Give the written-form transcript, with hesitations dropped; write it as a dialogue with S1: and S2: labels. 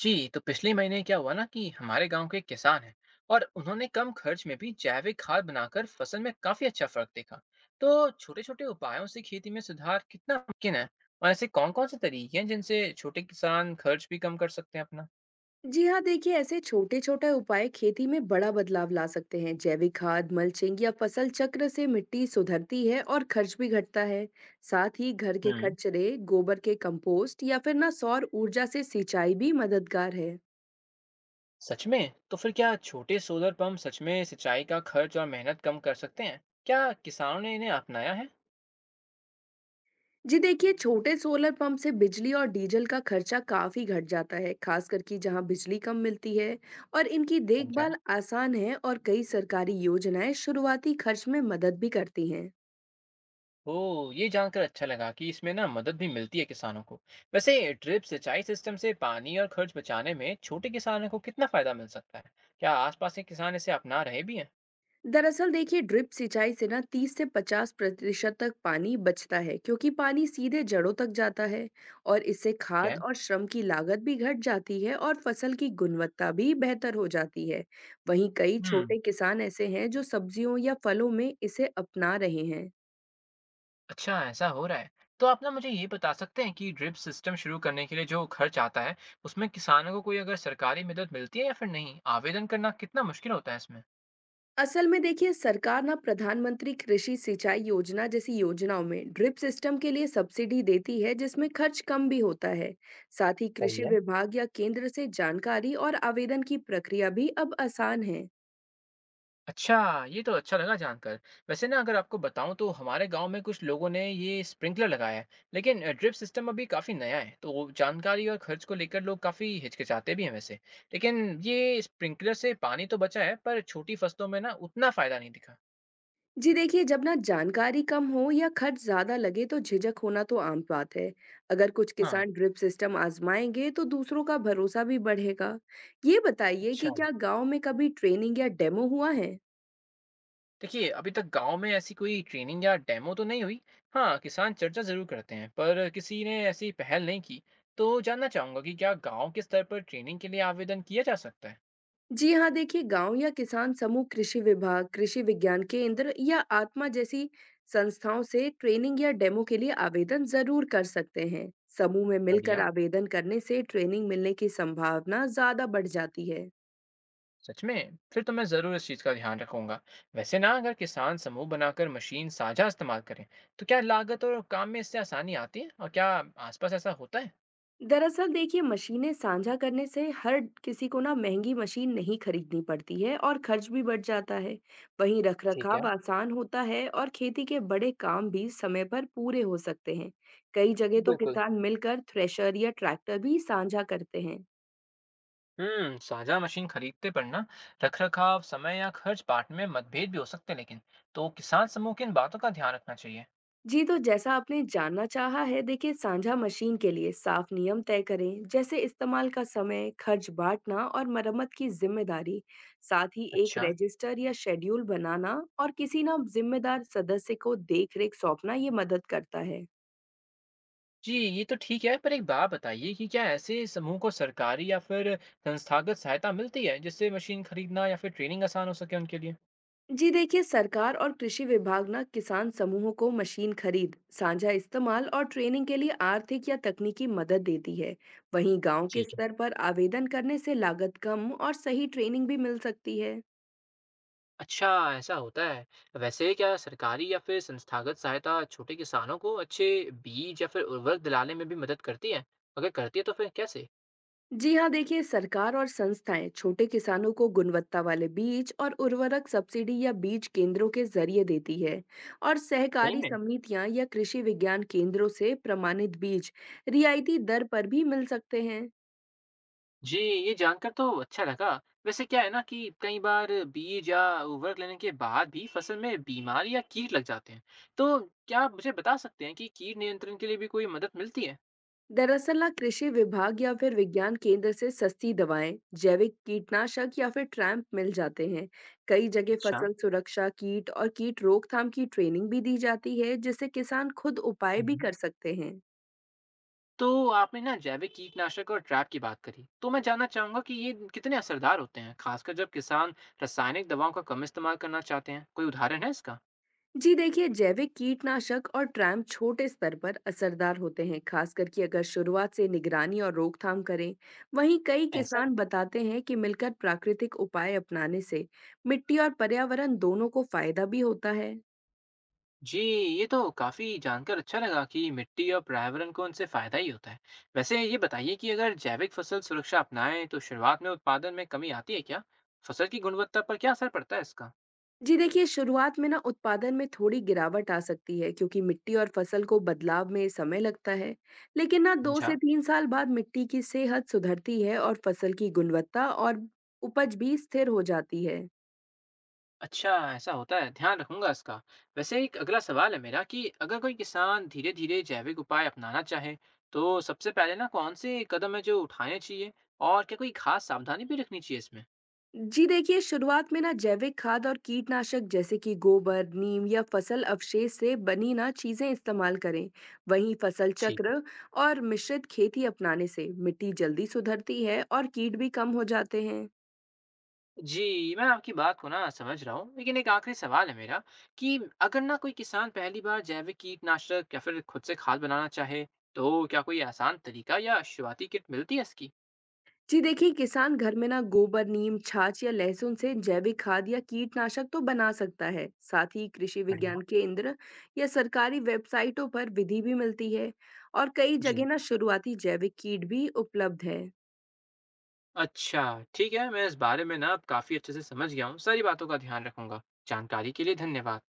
S1: जी तो पिछले महीने क्या हुआ ना कि हमारे गांव के किसान हैं और उन्होंने कम खर्च में भी जैविक खाद बनाकर फसल में काफी अच्छा फर्क देखा। तो छोटे छोटे उपायों से खेती में सुधार कितना मुमकिन है, और ऐसे कौन कौन से तरीके हैं जिनसे छोटे किसान खर्च भी कम कर सकते हैं अपना।
S2: जी हाँ देखिए ऐसे छोटे छोटे उपाय खेती में बड़ा बदलाव ला सकते हैं। जैविक खाद मल्चिंग या फसल चक्र से मिट्टी सुधरती है और खर्च भी घटता है। साथ ही घर के
S1: हम्म।
S2: कचरे गोबर के कंपोस्ट या फिर ना सौर ऊर्जा से सिंचाई भी मददगार है।
S1: सच में? तो फिर क्या छोटे सोलर पंप सच में सिंचाई का खर्च और मेहनत कम कर सकते हैं? क्या किसानों ने इन्हें अपनाया है?
S2: जी देखिए छोटे सोलर पंप से बिजली और डीजल का खर्चा काफी घट जाता है, खास करके जहाँ बिजली कम मिलती है। और इनकी देखभाल आसान है और कई सरकारी योजनाएं शुरुआती खर्च में मदद भी करती हैं।
S1: ओह! ये जानकर अच्छा लगा कि इसमें ना मदद भी मिलती है किसानों को। वैसे ड्रिप सिंचाई सिस्टम से पानी और खर्च बचाने में छोटे किसानों को कितना फायदा मिल सकता है? क्या आसपास के किसान इसे अपना रहे भी हैं?
S2: दरअसल देखिए ड्रिप सिंचाई से ना 30 से 50% तक पानी बचता है, क्योंकि पानी सीधे जड़ों तक जाता है। और इससे
S1: ठीक
S2: खाद
S1: है।
S2: और श्रम की लागत भी घट जाती है और फसल की गुणवत्ता भी बेहतर हो जाती है। वहीं कई
S1: हम्म,
S2: छोटे किसान ऐसे हैं जो सब्जियों या फलों में इसे अपना रहे हैं।
S1: अच्छा ऐसा हो रहा है। तो आप ना मुझे ये बता सकते हैं कि ड्रिप सिस्टम शुरू करने के लिए जो खर्च आता है, उसमें किसानों को कोई अगर सरकारी मदद मिलती है या फिर नहीं? आवेदन करना कितना मुश्किल होता है इसमें?
S2: असल में देखिए सरकार ना प्रधानमंत्री कृषि सिंचाई योजना जैसी योजनाओं में ड्रिप सिस्टम के लिए सब्सिडी देती है, जिसमें खर्च कम भी होता है। साथ ही
S1: सही
S2: कृषि
S1: है।
S2: विभाग या केंद्र से जानकारी और आवेदन की प्रक्रिया भी अब आसान है।
S1: अच्छा, ये तो अच्छा लगा जानकर। वैसे ना अगर आपको बताऊँ तो हमारे गाँव में कुछ लोगों ने ये स्प्रिंकलर लगाया है, लेकिन ड्रिप सिस्टम अभी काफ़ी नया है, तो वो जानकारी और खर्च को लेकर लोग काफ़ी हिचकिचाते भी हैं वैसे। लेकिन ये स्प्रिंकलर से पानी तो बचा है, पर छोटी फसलों में ना उतना फ़ायदा नहीं दिखा।
S2: जी देखिए जब ना जानकारी कम हो या खर्च ज्यादा लगे, तो झिझक होना तो आम बात है। अगर कुछ
S1: हाँ,
S2: किसान ड्रिप सिस्टम आजमाएंगे तो दूसरों का भरोसा भी बढ़ेगा। ये बताइए
S1: अच्छा।
S2: कि क्या गांव में कभी ट्रेनिंग या डेमो हुआ है।
S1: देखिए, अभी तक गाँव में ऐसी कोई ट्रेनिंग या डेमो तो नहीं हुई। हाँ, किसान चर्चा ज़रूर करते हैं, पर किसी ने ऐसी पहल नहीं की। तो जानना चाहूँगा कि क्या गाँव के स्तर पर ट्रेनिंग के लिए आवेदन किया जा सकता है?
S2: जी हाँ, देखिए गाँव या किसान समूह कृषि विभाग, कृषि विज्ञान केंद्र या आत्मा जैसी संस्थाओं से ट्रेनिंग या डेमो के लिए आवेदन ज़रूर कर सकते हैं। समूह में मिलकर
S1: बढ़िया।
S2: आवेदन करने से ट्रेनिंग मिलने की संभावना ज़्यादा बढ़ जाती है।
S1: सच में? फिर तो मैं ज़रूर इस चीज़ का ध्यान रखूंगा। वैसे ना अगर किसान समूह बनाकर मशीन साझा इस्तेमाल करें तो क्या लागत और काम में इससे आसानी आती है, और क्या आसपास ऐसा होता है?
S2: दरअसल देखिए मशीनें साझा करने से हर किसी को ना महंगी मशीन नहीं खरीदनी पड़ती है और खर्च भी बढ़ जाता है। वहीं
S1: ठीक है।
S2: रखरखाव आसान होता है और खेती के बड़े काम भी समय पर पूरे हो सकते हैं। कई जगह तो
S1: बिल्कुल।
S2: किसान मिलकर थ्रेशर या ट्रैक्टर भी साझा करते हैं।
S1: हम्म, साझा मशीन खरीदते पर ना रखरखाव समय या खर्च बांटने में मतभेद भी हो सकते हैं, लेकिन तो किसान समूह की इन बातों का ध्यान रखना चाहिए।
S2: जी, तो जैसा आपने जानना चाहा है, देखिए साझा मशीन के लिए साफ नियम तय करें, जैसे इस्तेमाल का समय, खर्च बाँटना और मरम्मत की ज़िम्मेदारी। साथ ही एक
S1: अच्छा।
S2: रजिस्टर या शेड्यूल बनाना और किसी ना ज़िम्मेदार सदस्य को देख-रेख सौंपना ये मदद करता है।
S1: जी ये तो ठीक है, पर एक बात बताइए कि क्या ऐसे समूह को सरकारी या फिर संस्थागत सहायता मिलती है जिससे मशीन खरीदना या फिर ट्रेनिंग आसान हो सके उनके लिए?
S2: जी देखिए, सरकार और कृषि विभाग ना किसान समूहों को मशीन खरीद, साझा इस्तेमाल और ट्रेनिंग के लिए आर्थिक या तकनीकी मदद देती है। वहीं गाँव के
S1: ठीक है।
S2: स्तर पर आवेदन करने से लागत कम और सही ट्रेनिंग भी मिल सकती है।
S1: अच्छा, ऐसा होता है। वैसे क्या सरकारी या फिर संस्थागत सहायता छोटे किसानों को अच्छे बीज या फिर उर्वरक दिलाने में भी मदद करती है? अगर करती है तो फिर कैसे?
S2: जी हाँ देखिए सरकार और संस्थाएं छोटे किसानों को गुणवत्ता वाले बीज और उर्वरक सब्सिडी या बीज केंद्रों के जरिए देती है। और
S1: सही
S2: सहकारी
S1: में।
S2: समितियां या कृषि विज्ञान केंद्रों से प्रमाणित बीज रियायती दर पर भी मिल सकते हैं।
S1: जी ये जानकर तो अच्छा लगा। वैसे क्या है ना कि कई बार बीज या उर्वरक लेने के बाद भी फसल में बीमारी या कीट लग जाते हैं। तो क्या आप मुझे बता सकते हैं कि कीट नियंत्रण के लिए भी कोई मदद मिलती है?
S2: दरअसल ना कृषि विभाग या फिर विज्ञान केंद्र से सस्ती दवाएं, जैविक कीटनाशक या फिर ट्रैम्प मिल जाते हैं। कई जगह
S1: अच्छा।
S2: फसल सुरक्षा कीट और कीट रोकथाम की ट्रेनिंग भी दी जाती है, जिससे किसान खुद उपाय भी कर सकते हैं।
S1: तो आपने ना जैविक कीटनाशक और ट्रैप की बात करी, तो मैं जानना चाहूंगा कि ये कितने असरदार होते हैं, खासकर जब किसान रासायनिक दवाओं का कम इस्तेमाल करना चाहते हैं। कोई उदाहरण है इसका?
S2: जी देखिए जैविक कीटनाशक और ट्रैम छोटे स्तर पर असरदार होते हैं, खासकर कि अगर शुरुआत से निगरानी और रोकथाम करें। वहीं कई
S1: ऐसा।
S2: किसान बताते हैं कि मिलकर प्राकृतिक उपाय अपनाने से मिट्टी और पर्यावरण दोनों को फायदा भी होता है।
S1: जी, ये तो काफी जानकर अच्छा लगा कि मिट्टी और पर्यावरण को उनसे फायदा ही होता है। वैसे ये बताइए कि अगर जैविक फसल सुरक्षा अपनाएं तो शुरुआत में उत्पादन में कमी आती है क्या? फसल की गुणवत्ता पर क्या असर पड़ता है इसका?
S2: जी देखिए शुरुआत में ना उत्पादन में थोड़ी गिरावट आ सकती है, क्योंकि मिट्टी और फसल को बदलाव में समय लगता है। लेकिन ना दो
S1: समझा।
S2: से तीन साल बाद मिट्टी की सेहत सुधरती है और फसल की गुणवत्ता और उपज भी स्थिर हो जाती है।
S1: अच्छा, ऐसा होता है, ध्यान रखूँगा इसका। वैसे एक अगला सवाल है मेरा कि अगर कोई किसान धीरे-धीरे जैविक उपाय अपनाना चाहे, तो सबसे पहले ना कौन-से कदम है जो उठाने चाहिए, और क्या कोई खास सावधानी भी रखनी चाहिए इसमें?
S2: जी देखिए शुरुआत में ना जैविक खाद और कीटनाशक, जैसे कि गोबर नीम या फसल अवशेष से बनी ना चीजें इस्तेमाल करें। वहीं फसल
S1: ठीक।
S2: चक्र और मिश्रित खेती अपनाने से मिट्टी जल्दी सुधरती है और कीट भी कम हो जाते हैं।
S1: जी, मैं आपकी बात को ना समझ रहा हूँ, लेकिन एक आखिरी सवाल है मेरा कि अगर ना कोई किसान पहली बार जैविक कीटनाशक या फिर खुद से खाद बनाना चाहे, तो क्या कोई आसान तरीका या शुरुआती किट मिलती है इसकी?
S2: जी देखिए किसान घर में ना गोबर नीम छाछ या लहसुन से जैविक खाद या कीटनाशक तो बना सकता है। साथ ही कृषि
S1: बढ़िया।
S2: विज्ञान केंद्र या सरकारी वेबसाइटों पर विधि भी मिलती है। और कई
S1: जी।
S2: जगह ना शुरुआती जैविक कीट भी उपलब्ध है।
S1: अच्छा। ठीक है, मैं इस बारे में ना अब काफ़ी अच्छे से समझ गया हूँ, सारी बातों का ध्यान रखूंगा। जानकारी के लिए धन्यवाद।